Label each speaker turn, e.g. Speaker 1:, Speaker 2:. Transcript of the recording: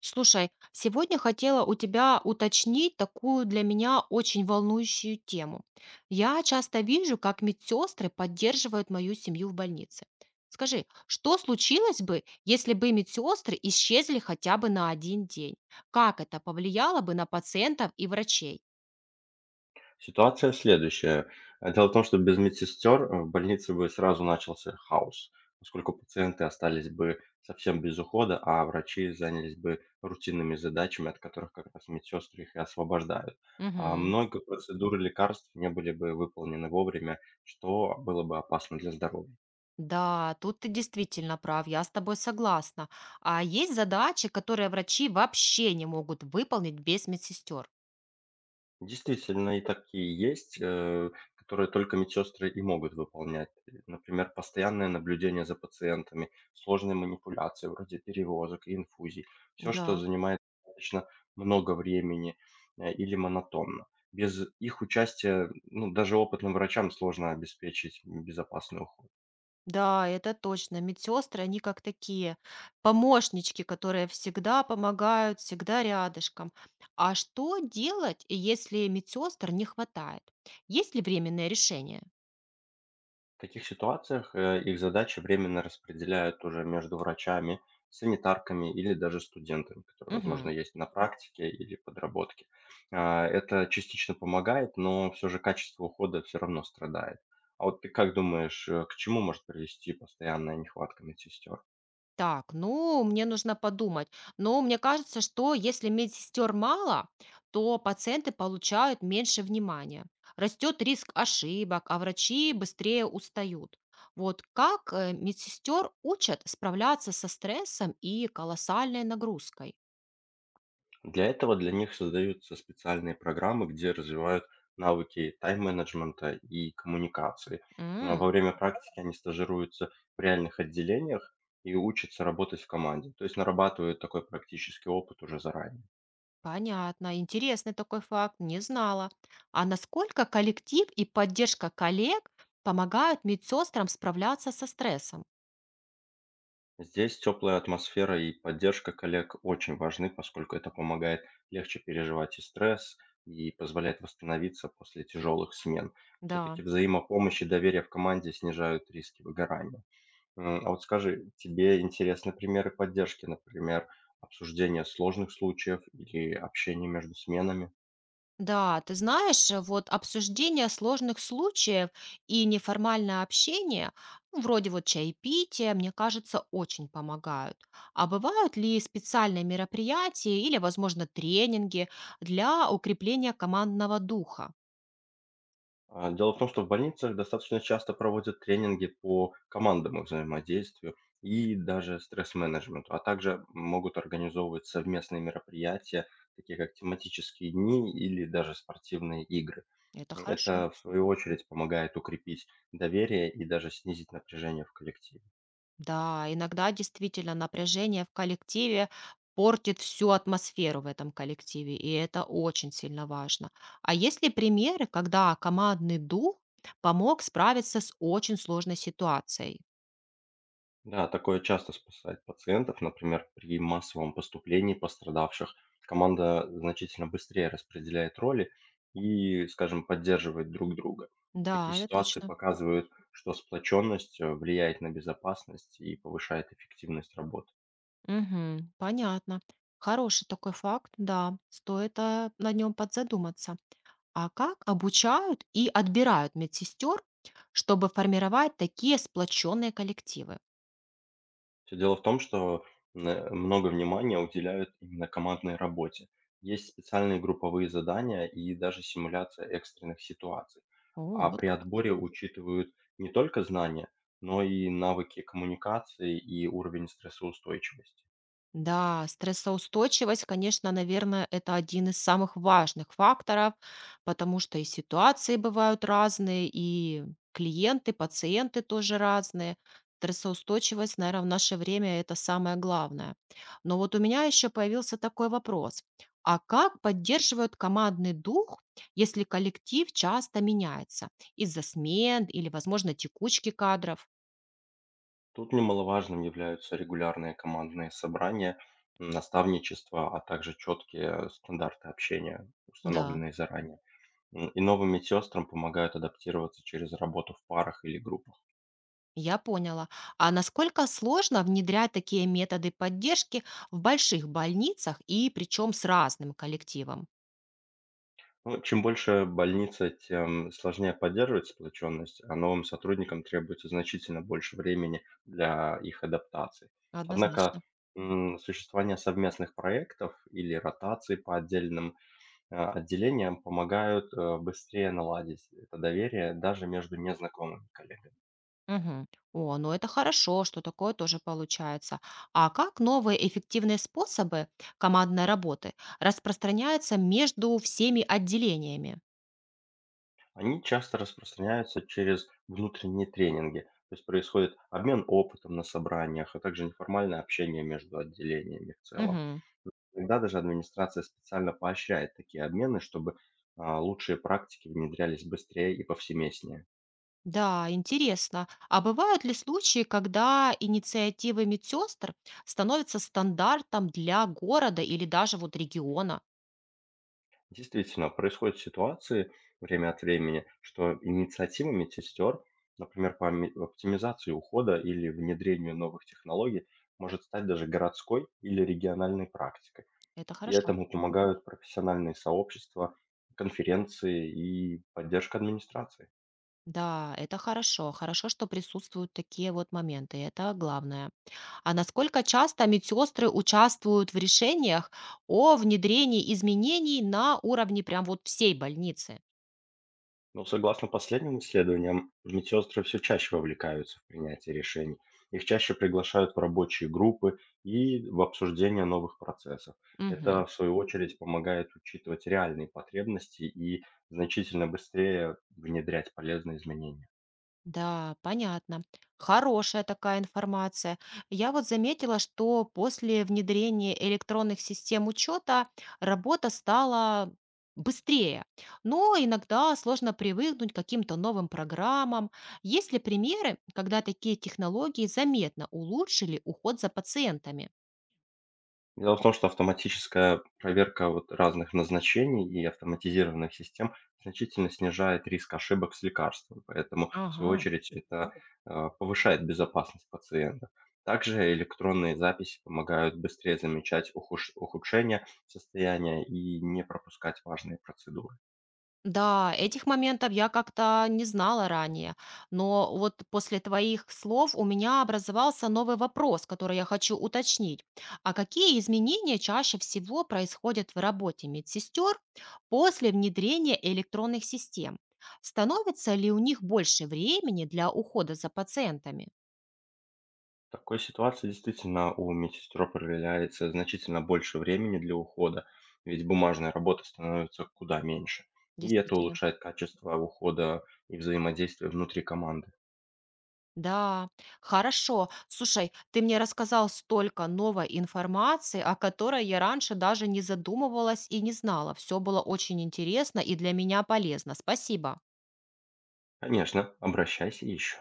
Speaker 1: Слушай, сегодня хотела у тебя уточнить такую для меня очень волнующую тему. Я часто вижу, как медсестры поддерживают мою семью в больнице. Скажи, что случилось бы, если бы медсестры исчезли хотя бы на один день? Как это повлияло бы на пациентов и врачей?
Speaker 2: Ситуация следующая. Дело в том, что без медсестер в больнице бы сразу начался хаос, поскольку пациенты остались бы совсем без ухода, а врачи занялись бы рутинными задачами, от которых как раз медсестры их и освобождают. А
Speaker 1: Мгм.
Speaker 2: много процедур и лекарств не были бы выполнены вовремя, что было бы опасно для здоровья.
Speaker 1: Да, тут ты действительно прав, я с тобой согласна. А есть задачи, которые врачи вообще не могут выполнить без медсестер.
Speaker 2: Действительно, и такие есть, которые только медсестры и могут выполнять. Например, постоянное наблюдение за пациентами, сложные манипуляции вроде перевозок и инфузий. Все, что
Speaker 1: Да.
Speaker 2: занимает достаточно много времени или монотонно. Без их участия, ну, даже опытным врачам сложно обеспечить безопасный уход.
Speaker 1: Да, это точно. Медсестры, они как такие помощнички, которые всегда помогают, всегда рядышком. А что делать, если медсестр не хватает? Есть ли временное решение?
Speaker 2: В таких ситуациях их задачи временно распределяют уже между врачами, санитарками или даже студентами, которые, возможно,
Speaker 1: Мгм.
Speaker 2: есть на практике или подработке. Это частично помогает, но все же качество ухода все равно страдает. А вот ты как думаешь, к чему может привести постоянная нехватка медсестер?
Speaker 1: Так, ну, мне нужно подумать. Но мне кажется, что если медсестер мало, то пациенты получают меньше внимания. Растет риск ошибок, а врачи быстрее устают. Вот как медсестер учат справляться со стрессом и колоссальной нагрузкой?
Speaker 2: Для этого для них создаются специальные программы, где развивают навыки тайм-менеджмента и коммуникации. А во
Speaker 1: М,
Speaker 2: время практики они стажируются в реальных отделениях и учатся работать в команде, то есть нарабатывают такой практический опыт уже заранее.
Speaker 1: понятно, интересный такой факт, не знала. А насколько коллектив и поддержка коллег помогают медсестрам справляться со стрессом?
Speaker 2: Здесь теплая атмосфера и поддержка коллег очень важны, поскольку это помогает легче переживать и стресс, и позволяет восстановиться после тяжелых смен. Все-таки
Speaker 1: Да.
Speaker 2: взаимопомощь и доверие в команде снижают риски выгорания. А вот скажи, тебе интересны примеры поддержки, например, обсуждение сложных случаев или общение между сменами?
Speaker 1: Да, ты знаешь, вот обсуждение сложных случаев и неформальное общение, ну, вроде вот чаепития, мне кажется, очень помогают. А бывают ли специальные мероприятия или, возможно, тренинги для укрепления командного духа?
Speaker 2: Дело в том, что в больницах достаточно часто проводят тренинги по командному взаимодействию и даже стресс-менеджменту, а также могут организовывать совместные мероприятия, такие как тематические дни или даже спортивные игры.
Speaker 1: Это хорошо.
Speaker 2: Это, в свою очередь, помогает укрепить доверие и даже снизить напряжение в коллективе.
Speaker 1: Да, иногда действительно напряжение в коллективе портит всю атмосферу в этом коллективе, и это очень сильно важно. А есть ли примеры, когда командный дух помог справиться с очень сложной ситуацией?
Speaker 2: Да, такое часто спасает пациентов. Например, при массовом поступлении пострадавших команда значительно быстрее распределяет роли и, скажем, поддерживает друг друга. Такие
Speaker 1: Да, это
Speaker 2: ситуации
Speaker 1: точно.
Speaker 2: показывают, что сплоченность влияет на безопасность и повышает эффективность работы.
Speaker 1: Мгм, понятно. Хороший такой факт, да, стоит над нем подзадуматься. А как обучают и отбирают медсестер, чтобы формировать такие сплоченные коллективы?
Speaker 2: Все дело в том, что много внимания уделяют именно командной работе. Есть специальные групповые задания и даже симуляция экстренных ситуаций.
Speaker 1: О,
Speaker 2: А
Speaker 1: вот
Speaker 2: при
Speaker 1: как.
Speaker 2: отборе учитывают не только знания, но и навыки коммуникации и уровень стрессоустойчивости.
Speaker 1: Да, стрессоустойчивость, конечно, наверное, это один из самых важных факторов, потому что и ситуации бывают разные, и клиенты, пациенты тоже разные. Стрессоустойчивость, наверное, в наше время это самое главное. Но вот у меня еще появился такой вопрос. А как поддерживают командный дух, если коллектив часто меняется из-за смен или, возможно, текучки кадров?
Speaker 2: Тут немаловажным являются регулярные командные собрания, наставничество, а также четкие стандарты общения,
Speaker 1: Да.
Speaker 2: установленные заранее. И новым медсестрам помогают адаптироваться через работу в парах или группах.
Speaker 1: Я поняла. А насколько сложно внедрять такие методы поддержки в больших больницах и причем с разным коллективом?
Speaker 2: Ну, чем больше больница, тем сложнее поддерживать сплоченность, а новым сотрудникам требуется значительно больше времени для их адаптации. Однако
Speaker 1: Однозначно.
Speaker 2: существование совместных проектов или ротации по отдельным отделениям помогают быстрее наладить это доверие даже между незнакомыми коллегами.
Speaker 1: Мгм. О, ну это хорошо, что такое тоже получается. А как новые эффективные способы командной работы распространяются между всеми отделениями?
Speaker 2: Они часто распространяются через внутренние тренинги, то есть происходит обмен опытом на собраниях, а также неформальное общение между отделениями в целом.
Speaker 1: Мгм.
Speaker 2: Иногда даже администрация специально поощряет такие обмены, чтобы лучшие практики внедрялись быстрее и повсеместнее.
Speaker 1: Да, интересно. А бывают ли случаи, когда инициативы медсестр становятся стандартом для города или даже вот региона?
Speaker 2: Действительно, происходят ситуации время от времени, что инициативами сестер, например, по оптимизации ухода или внедрению новых технологий, может стать даже городской или региональной практикой.
Speaker 1: Это
Speaker 2: И
Speaker 1: хорошо.
Speaker 2: этому помогают профессиональные сообщества, конференции и поддержка администрации.
Speaker 1: Да, это хорошо. Хорошо, что присутствуют такие вот моменты. Это главное. А насколько часто медсестры участвуют в решениях о внедрении изменений на уровне прям вот всей больницы?
Speaker 2: Ну, согласно последним исследованиям, медсестры все чаще вовлекаются в принятие решений. Их чаще приглашают в рабочие группы и в обсуждение новых процессов. Это, в свою очередь, помогает учитывать реальные потребности и значительно быстрее внедрять полезные изменения.
Speaker 1: Да, понятно. Хорошая такая информация. Я вот заметила, что после внедрения электронных систем учета работа стала быстрее, но иногда сложно привыкнуть к каким-то новым программам. Есть ли примеры, когда такие технологии заметно улучшили уход за пациентами?
Speaker 2: Дело в том, что автоматическая проверка вот разных назначений и автоматизированных систем значительно снижает риск ошибок с лекарством, поэтому, в свою
Speaker 1: Ага.
Speaker 2: очередь, это повышает безопасность пациента. Также электронные записи помогают быстрее замечать ухудшение состояния и не пропускать важные процедуры.
Speaker 1: Да, этих моментов я как-то не знала ранее, но вот после твоих слов у меня образовался новый вопрос, который я хочу уточнить. А какие изменения чаще всего происходят в работе медсестер после внедрения электронных систем? Становится ли у них больше времени для ухода за пациентами?
Speaker 2: В такой ситуации действительно у медсестер проявляется значительно больше времени для ухода, ведь бумажная работа становится куда меньше. И это
Speaker 1: Действительно.
Speaker 2: улучшает качество ухода и взаимодействия внутри команды.
Speaker 1: Да, хорошо. Слушай, ты мне рассказал столько новой информации, о которой я раньше даже не задумывалась и не знала. Все было очень интересно и для меня полезно. Спасибо.
Speaker 2: Конечно, обращайся еще.